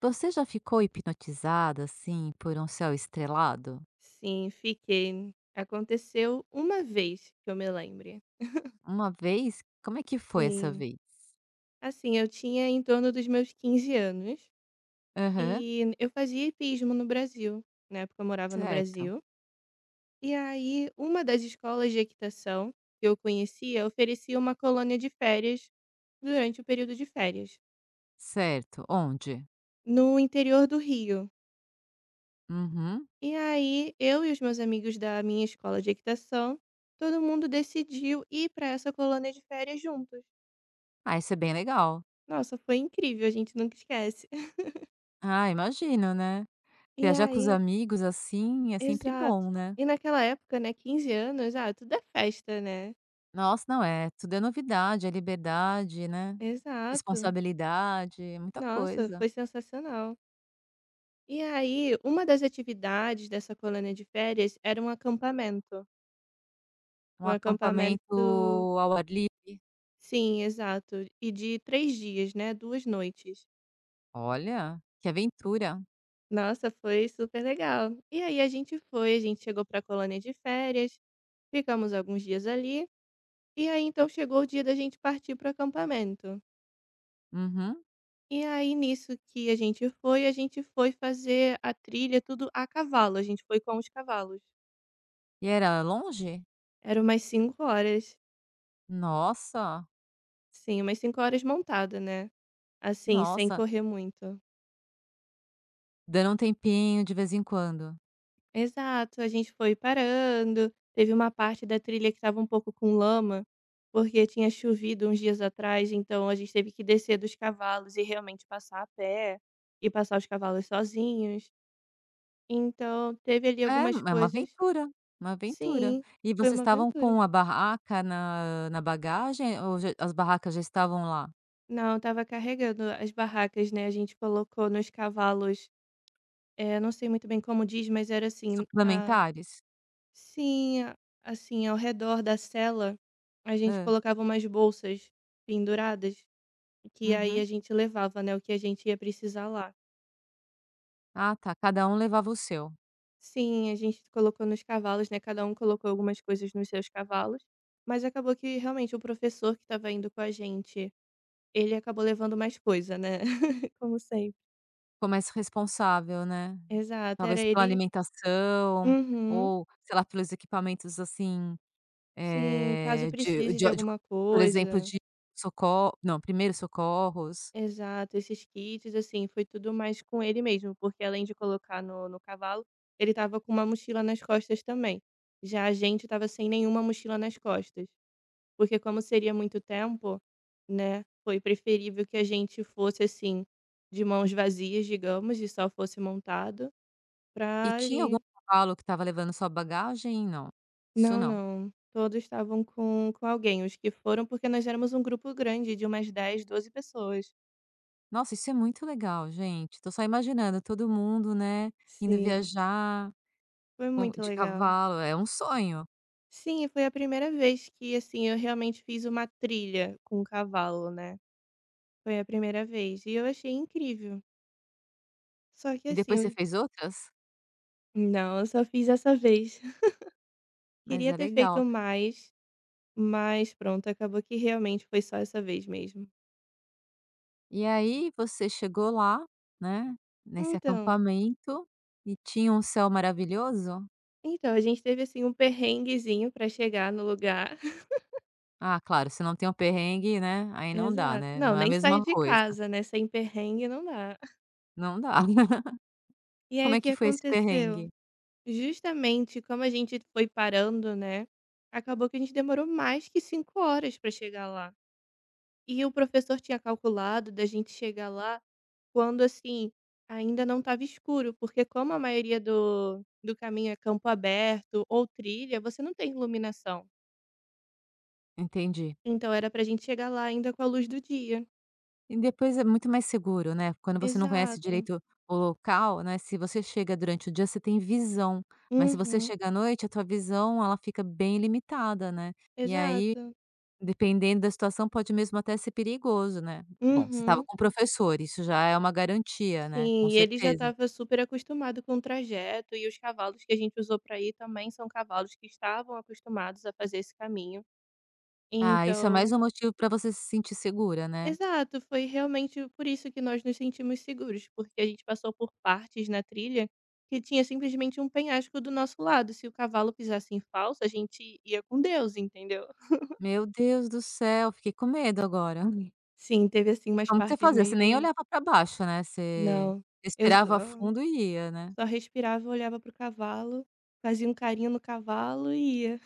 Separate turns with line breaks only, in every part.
Você já ficou hipnotizada, assim, por um céu estrelado?
Sim, fiquei. Aconteceu uma vez que eu me lembre.
Uma vez? Como é que foi essa
Sim.
vez?
Assim, eu tinha em torno dos meus 15 anos
Aham,
e eu fazia hipismo no Brasil. Na época eu morava no
certo,
Brasil. E aí, uma das escolas de equitação que eu conhecia oferecia uma colônia de férias durante o período de férias,
certo. Onde?
no interior do Rio.
Uhum.
E aí, eu e os meus amigos da minha escola de equitação, todo mundo decidiu ir para essa colônia de férias juntos.
Ah, isso é bem legal.
Nossa, foi incrível, a gente nunca esquece.
Ah, imagino, né?
E
Viajar com os
aí,
amigos assim é sempre
exato.
bom, né?
E naquela época, né, 15 anos, tudo é festa, né.
Nossa, não é, tudo é novidade, é liberdade, né?
Exato.
Responsabilidade, muita
Nossa,
coisa.
foi sensacional. E aí, uma das atividades dessa colônia de férias era um acampamento. Um
Um acampamento
acampamento,
ao ar livre.
sim, exato. E de 3 dias, né, 2 noites.
Olha, que aventura.
Nossa, foi super legal. E aí a gente chegou pra colônia de férias, ficamos alguns dias ali. E aí então chegou o dia da gente partir para acampamento.
Uhum.
E aí nisso que a gente foi fazer a trilha tudo a cavalo, a gente foi com os cavalos.
E era longe?
Eram umas 5 horas.
Nossa,
Sim, umas 5 horas montada, né, assim, sem
nossa,
correr muito.
dando um tempinho de vez em quando.
Exato, a gente foi parando, teve uma parte da trilha que estava um pouco com lama, porque tinha chovido uns dias atrás, então a gente teve que descer dos cavalos e realmente passar a pé, e passar os cavalos sozinhos. Então, teve ali
É,
algumas
é uma
coisas.
aventura, uma aventura.
Sim,
E
foi
vocês
uma
estavam
aventura.
com a barraca na bagagem ou já as barracas já estavam lá?
Não, estava carregando as barracas, né, a gente colocou nos cavalos, não sei muito bem como diz, mas era assim, a
Suplementares?
sim, assim, ao redor da cela a gente
Hã.
colocava umas bolsas penduradas, que aí a
Uhum.
gente levava, né, o que a gente ia precisar lá.
Ah, tá, cada um levava o seu.
Sim, a gente colocou nos cavalos, né, cada um colocou algumas coisas nos seus cavalos, mas acabou que realmente o professor que estava indo com a gente, ele acabou levando mais coisa, né, como sempre.
Ficou mais responsável, né.
Exato, era
Talvez pela
ele.
alimentação
Uhum.
ou, sei lá, pelos equipamentos, assim,
Sim, caso
eh,
precise de
de
alguma
por exemplo,
coisa.
de soco não, primeiros socorros.
Exato, esses kits, assim, foi tudo mais com ele mesmo, porque além de colocar no cavalo, ele tava com uma mochila nas costas também. Já a gente tava sem nenhuma mochila nas costas, porque como seria muito tempo, né, foi preferível que a gente fosse, assim, de mãos vazias, digamos, e só fosse montado
E
pra
tinha algum
ali.
cavalo que estava levando sua bagagem? Não, isso
Não,
não.
não. Todos estavam com alguém. Os que foram, porque nós éramos um grupo grande de umas 10, 12 pessoas.
Nossa, isso é muito legal, gente. Tô só imaginando todo mundo, né, indo
Sim.
viajar
Foi
com
muito
de
legal.
cavalo, é um sonho.
Sim, foi a primeira vez que, assim, eu realmente fiz uma trilha com um cavalo, né. Foi a primeira vez e eu achei incrível. Só que
E
assim
depois você fez outras?
não, eu só fiz essa vez.
Mas
Queria
é
ter feito
legal.
mais, mas pronto, acabou que realmente foi só essa vez mesmo.
E aí você chegou lá, né, nesse
Então
acampamento e tinha um céu maravilhoso?
então, a gente teve, assim, um perrenguezinho pra chegar no lugar.
Ah, claro, se não tem um perrengue, né, aí não dá,
Exato.
né,
Não,
não é a
nem sair
mesma
de
coisa.
casa, né, sem perrengue não dá.
Não dá.
E aí
Como
o
é
que
que foi esse
aconteceu?
perrengue?
Justamente como a gente foi parando, né, acabou que a gente demorou mais que 5 horas para chegar lá. E o professor tinha calculado da gente chegar lá quando, assim, ainda não estava escuro, porque como a maioria do caminho é campo aberto ou trilha, você não tem iluminação.
Entendi.
Então era pra gente chegar lá ainda com a luz do dia.
E depois é muito mais seguro, né, quando você não conhece
Exato.
direito o local, né, se você chega durante o dia, você tem visão, mas se você
Uhum.
chega à noite, a tua visão, ela fica bem limitada, né. E aí,
Exato.
dependendo da situação, pode mesmo até ser perigoso, né. Bom, você estava
Uhum.
com o professor, isso já é uma garantia, né, com
Sim, e ele já
certeza.
estava super acostumado com o trajeto e os cavalos que a gente usou para ir também são cavalos que estavam acostumados a fazer esse caminho.
Ah, isso é mais
Então,
um motivo para você se sentir segura, né.
exato, foi realmente por isso que nós nos sentimos seguros, porque a gente passou por partes na trilha que tinha simplesmente um penhasco do nosso lado. Se o cavalo pisasse em falso, a gente ia com Deus, entendeu?
Meu Deus do céu, fiquei com medo agora.
Sim, teve assim umas
Como que você
partes
fazia? Você nem
meio.
olhava para baixo, né, você
Não. Eu só
respirava fundo e ia, né.
só respirava, olhava pro cavalo, fazia um carinho no cavalo e ia.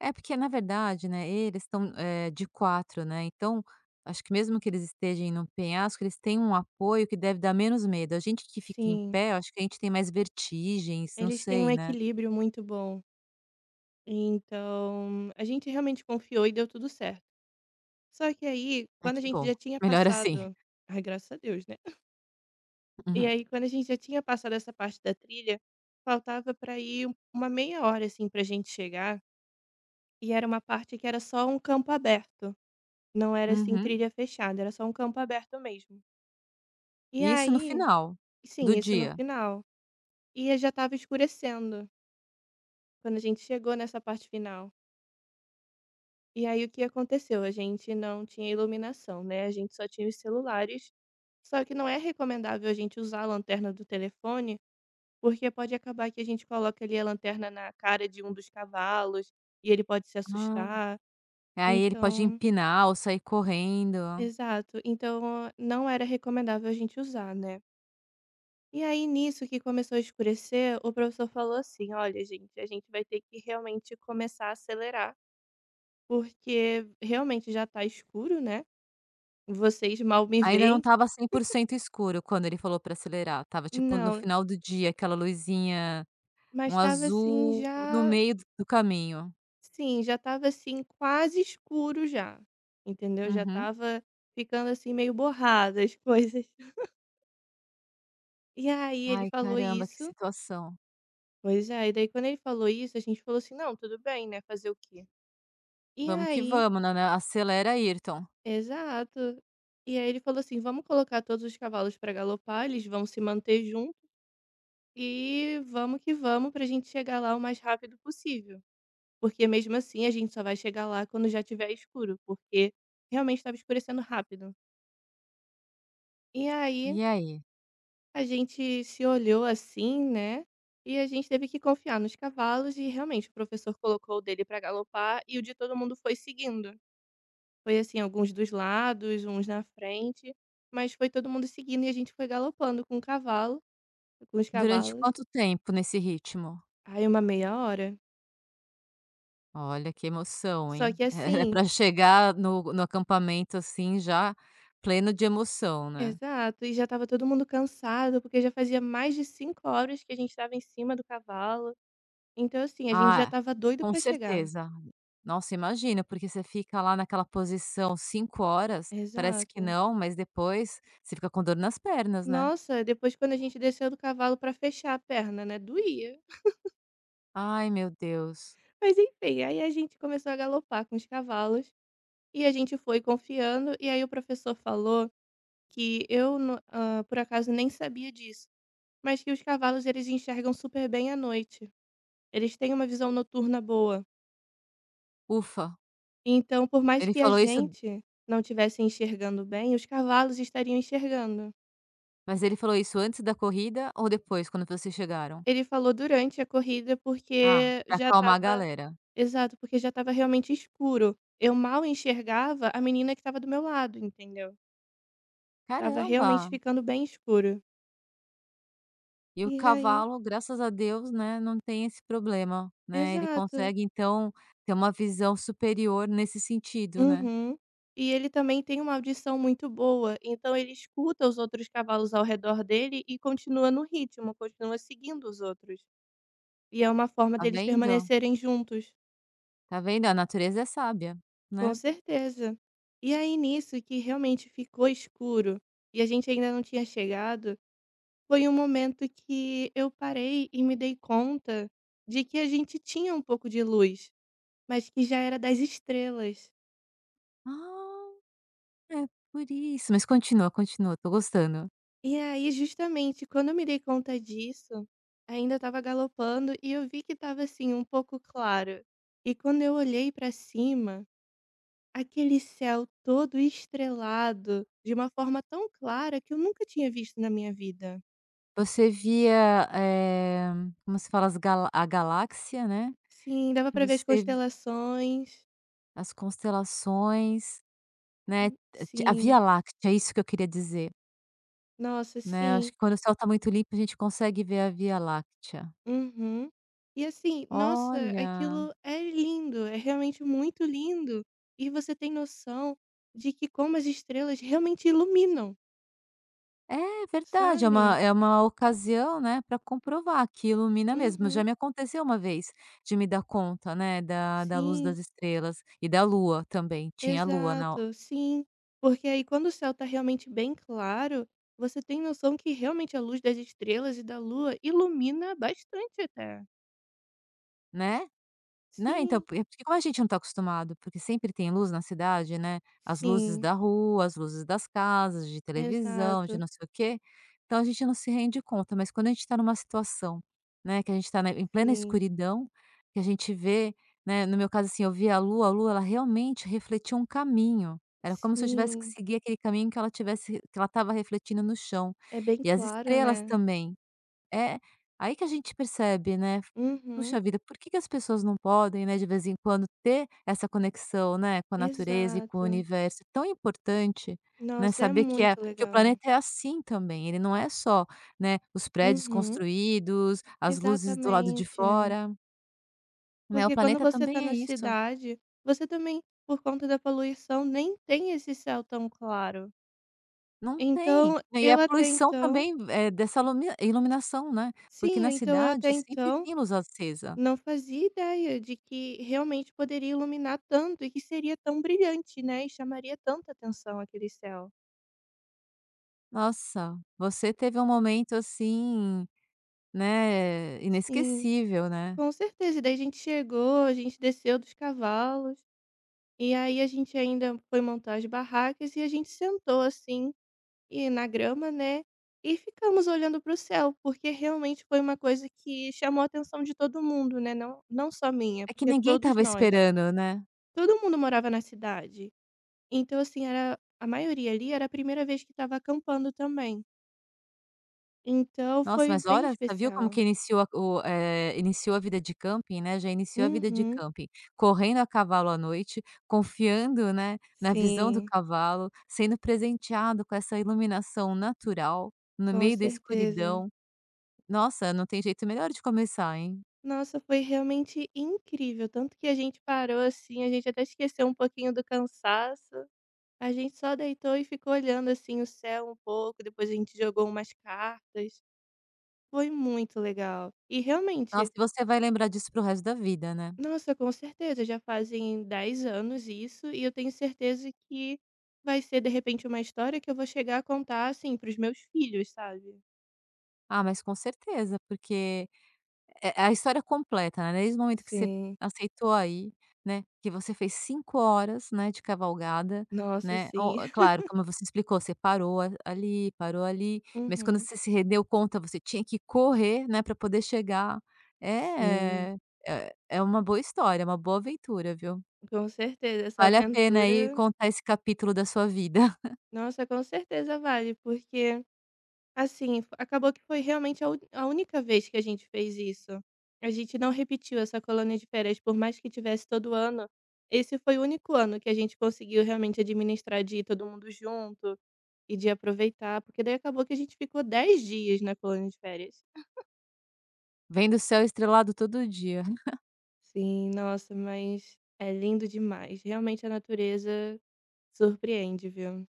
É porque na verdade, né, eles estão, de 4, né, então, acho que mesmo que eles estejam num penhasco, eles têm um apoio que deve dar menos medo. A gente que fica em
Sim,
pé, acho que a gente tem mais vertigens, não
eles têm um
sei, né.
equilíbrio muito bom. Então, a gente realmente confiou e deu tudo certo. Só que aí,
Ai
quando a
que
gente
bom,
já tinha
melhor assim.
passado, ai, graças a Deus, né? E
Uhum.
aí, quando a gente já tinha passado essa parte da trilha, faltava para ir uma meia hora assim pra gente chegar, e era uma parte que era só um campo aberto. Não era assim
Uhum.
trilha fechada, era só um campo aberto mesmo. E
E isso no
aí,
final
sim,
do
isso no
dia?
final. E já tava escurecendo quando a gente chegou nessa parte final. E aí o que aconteceu? A gente não tinha iluminação, né, a gente só tinha os celulares, só que não é recomendável a gente usar a lanterna do telefone, porque pode acabar que a gente coloca ali a lanterna na cara de um dos cavalos, e ele pode se
Ah,
assustar,
aí ele pode
então
empinar ou sair correndo.
exato, então não era recomendável a gente usar, né. E aí nisso que começou a escurecer, o professor falou assim: "Olha gente, a gente vai ter que realmente começar a acelerar, porque realmente já está escuro, né, vocês mal me
Ainda não
veem".
estava 100% escuro quando ele falou para acelerar. Tava tipo no
Não,
final do dia, aquela luzinha,
mas
um
estava assim
azul no
já.
meio do caminho.
Sim, já estava assim quase escuro já, entendeu? Já
Uhum.
estava ficando assim meio borrada as coisas. E aí ele
Ai,
falou
caramba, que
isso.
situação.
Pois é, e daí quando ele falou isso a gente falou assim: "Não, tudo bem, né, fazer o quê?". E
Vamos que
aí,
vamos, né, acelera, Ayrton.
exato. E aí ele falou assim: "Vamos colocar todos os cavalos para galopar, eles vão se manter junto e vamos que vamos para a gente chegar lá o mais rápido possível". Porque mesmo assim a gente só vai chegar lá quando já tiver escuro, porque realmente estava escurecendo rápido. E aí
E aí?
a gente se olhou assim, né? E a gente teve que confiar nos cavalos e realmente o professor colocou o dele para galopar e o de todo mundo foi seguindo. Foi assim, alguns dos lados, uns na frente, mas foi todo mundo seguindo e a gente foi galopando com o cavalo, com os
Durante
cavalos.
quanto tempo nesse ritmo?
Aí uma meia hora.
Olha, que emoção,
Só
hein?
que
Era
assim.
para chegar no acampamento, assim, já pleno de emoção, né?
Exato, e já estava todo mundo cansado, porque já fazia mais de 5 horas que a gente estava em cima do cavalo. Então, assim, a gente já
Ah,
estava doido
com
para chegar.
certeza. Nossa, imagina, porque você fica lá naquela posição 5 horas, parece que
Exato.
não, mas depois você fica com dor nas pernas, né?
Nossa, depois quando a gente desceu do cavalo para fechar a perna, né, doía.
Ai, meu Deus.
Mas enfim, aí a gente começou a galopar com os cavalos e a gente foi confiando. E aí o professor falou que eu, por acaso, nem sabia disso, mas que os cavalos eles enxergam super bem à noite. Eles têm uma visão noturna boa.
Ufa,
Então, por mais
ele
que a
falou isso
gente não estivesse enxergando bem, os cavalos estariam enxergando.
mas ele falou isso antes da corrida ou depois, quando vocês chegaram?
Ele falou durante a corrida
Ah,
porque
pra
já
acalmar a
estava.
galera.
Exato, porque já estava realmente escuro. Eu mal enxergava a menina que estava do meu lado, entendeu? Tava realmente
Caramba!
ficando bem escuro.
E o
E aí,
cavalo, graças a Deus, né, não tem esse problema, né, ele
exato.
consegue então ter uma visão superior nesse sentido, né.
Uhum. E ele também tem uma audição muito boa, então ele escuta os outros cavalos ao redor dele e continua no ritmo, continua seguindo os outros. E é uma forma
Tá
deles
vendo?
permanecerem juntos.
Tá vendo? A natureza é sábia,
Com
né.
certeza. E aí nisso que realmente ficou escuro, e a gente ainda não tinha chegado, foi um momento que eu parei e me dei conta de que a gente tinha um pouco de luz, mas que já era das estrelas.
Ah, é por isso. Mas continua, continua, tô gostando.
E aí justamente quando eu me dei conta disso, ainda estava galopando e eu vi que estava assim um pouco claro. E quando eu olhei para cima, aquele céu todo estrelado, de uma forma tão clara que eu nunca tinha visto na minha vida.
Você via, como se fala, as galáxia, né,
Sim, dava pra ver as
você
constelações.
as constelações, né,
Hum.
t a
Sim.
Via Láctea, é isso que eu queria dizer,
Nossa,
né. Eu
sim.
acho que quando o céu está muito limpo a gente consegue ver a Via Láctea.
Uhum. E assim, nossa,
Olha,
aquilo é lindo, é realmente muito lindo. E você tem noção de que como as estrelas realmente iluminam,
é verdade, é
sabe?
uma ocasião, né, para comprovar que ilumina mesmo, já
Uhum.
me aconteceu uma vez de me dar conta, né, da luz
Sim.
das estrelas e da lua também, tinha lua na o
Exato, sim. Porque aí quando o céu tá realmente bem claro, você tem noção que realmente a luz das estrelas e da lua ilumina bastante até.
né? Não, então,
Sim,
por é porque como a gente não está acostumado, porque sempre tem luz na cidade, né, as luzes
sim,
da rua, as luzes das casas, de televisão, de
exato.
não sei o quê, então a gente não se rende conta, mas quando a gente está numa situação, né, que a gente está em plena
Sim,
escuridão, que a gente vê, né, no meu caso, assim, eu via a lua ela realmente refletia um caminho, era como se eu tivesse que
sim.
seguir aquele caminho que ela tivesse que ela estava refletindo no chão.
É bem
E as
claro,
estrelas
né?
também. É, aí que a gente percebe, né,
Uhum,
puxa vida, por que que as pessoas não podem, né, de vez em quando ter essa conexão, né, com a natureza e com o
exato.
universo, é tão importante, né,
Nossa, é
saber que é
muito
que o
legal.
planeta é assim também, ele não é só, né, os prédios
Uhum,
construídos, as luzes do lado de
exatamente.
fora, né, o
Porque quando
planeta
você tá
também é
na
isso.
cidade, você também, por conta da poluição, nem tem esse céu tão claro.
Não tem.
Então,
E
eu
a
até
poluição
então
também, é dessa lumina iluminação, né, porque
Sim,
na
então eu até
cidade sempre
então
tem luz acesa.
não fazia ideia de que realmente poderia iluminar tanto e que seria tão brilhante, né, e chamaria tanta atenção aquele céu.
Nossa, você teve um momento assim, né,
Sim,
inesquecível, né.
com certeza. E daí a gente chegou, a gente desceu dos cavalos, e aí a gente ainda foi montar as barracas e a gente sentou assim, e na grama, né, e ficamos olhando para o céu, porque realmente foi uma coisa que chamou a atenção de todo mundo, né, não não só minha,
É que
porque
ninguém
todos
estava
nós.
esperando, né.
Todo mundo morava na cidade. Então, assim, era a maioria ali era a primeira vez que estava acampando também. Então
Nossa,
foi
mas
bem
olha, você viu como
especial.
que iniciou iniciou a vida de camping, né, já iniciou a vida de
Uhum.
camping, correndo a cavalo à noite, confiando, né, na visão do
Sim,
cavalo, sendo presenteado com essa iluminação natural, no
com
meio da
certeza.
escuridão. Nossa, não tem jeito melhor de começar, hein.
Nossa, foi realmente incrível. Tanto que a gente parou assim, a gente até esqueceu um pouquinho do cansaço. A gente só deitou e ficou olhando assim o céu um pouco, depois a gente jogou umas cartas. Foi muito legal. E
Nossa,
realmente.
e você vai lembrar disso para o resto da vida, né.
Nossa, com certeza, já fazem 10 anos isso, e eu tenho certeza que vai ser, de repente, uma história que eu vou chegar a contar, assim, para os meus filhos, sabe?
Ah, mas com certeza, porque é a história completa, né, desde o momento que você
Sim,
aceitou aí, né, que você fez 5 horas, né, de cavalgada,
nossa,
né, o
sim,
é claro, como você explicou, você parou ali, mas quando
Uhum.
você se rendeu conta, você tinha que correr, né, para poder chegar.
Sim.
É é uma boa história, é uma boa aventura, viu.
Com certeza, essa
Vale a pena aí
aventura,
contar esse capítulo da sua vida.
nossa, com certeza vale, porque assim, fo acabou que foi realmente a uni a única vez que a gente fez isso. A gente não repetiu essa colônia de férias, por mais que tivesse todo ano, esse foi o único ano que a gente conseguiu realmente administrar de ir todo mundo junto e de aproveitar, porque daí acabou que a gente ficou 10 dias na colônia de férias.
Vendo o céu estrelado todo dia.
Sim, nossa, mas é lindo demais. Realmente a natureza surpreende, viu.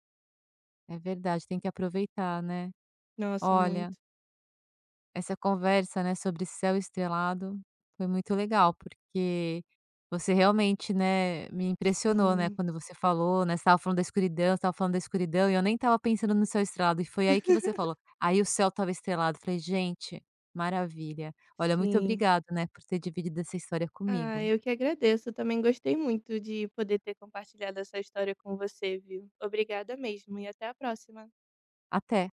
É verdade, tem que aproveitar, né.
Nossa,
Olha
muito.
essa conversa, né, sobre céu estrelado foi muito legal, porque você realmente, né, me impressionou, né,
Sim.
quando você falou, né, você estava falando da escuridão, você estava falando da escuridão e eu nem estava pensando no céu estrelado e foi aí que você falou: "Aí o céu estava estrelado", eu falei: "Gente, maravilha". Olha, muito
Sim.
obrigado, né, por ter dividido essa história
Ah,
comigo.
eu que agradeço. Eu também gostei muito de poder ter compartilhado essa história com você, viu? Obrigada mesmo e até a próxima.
Até.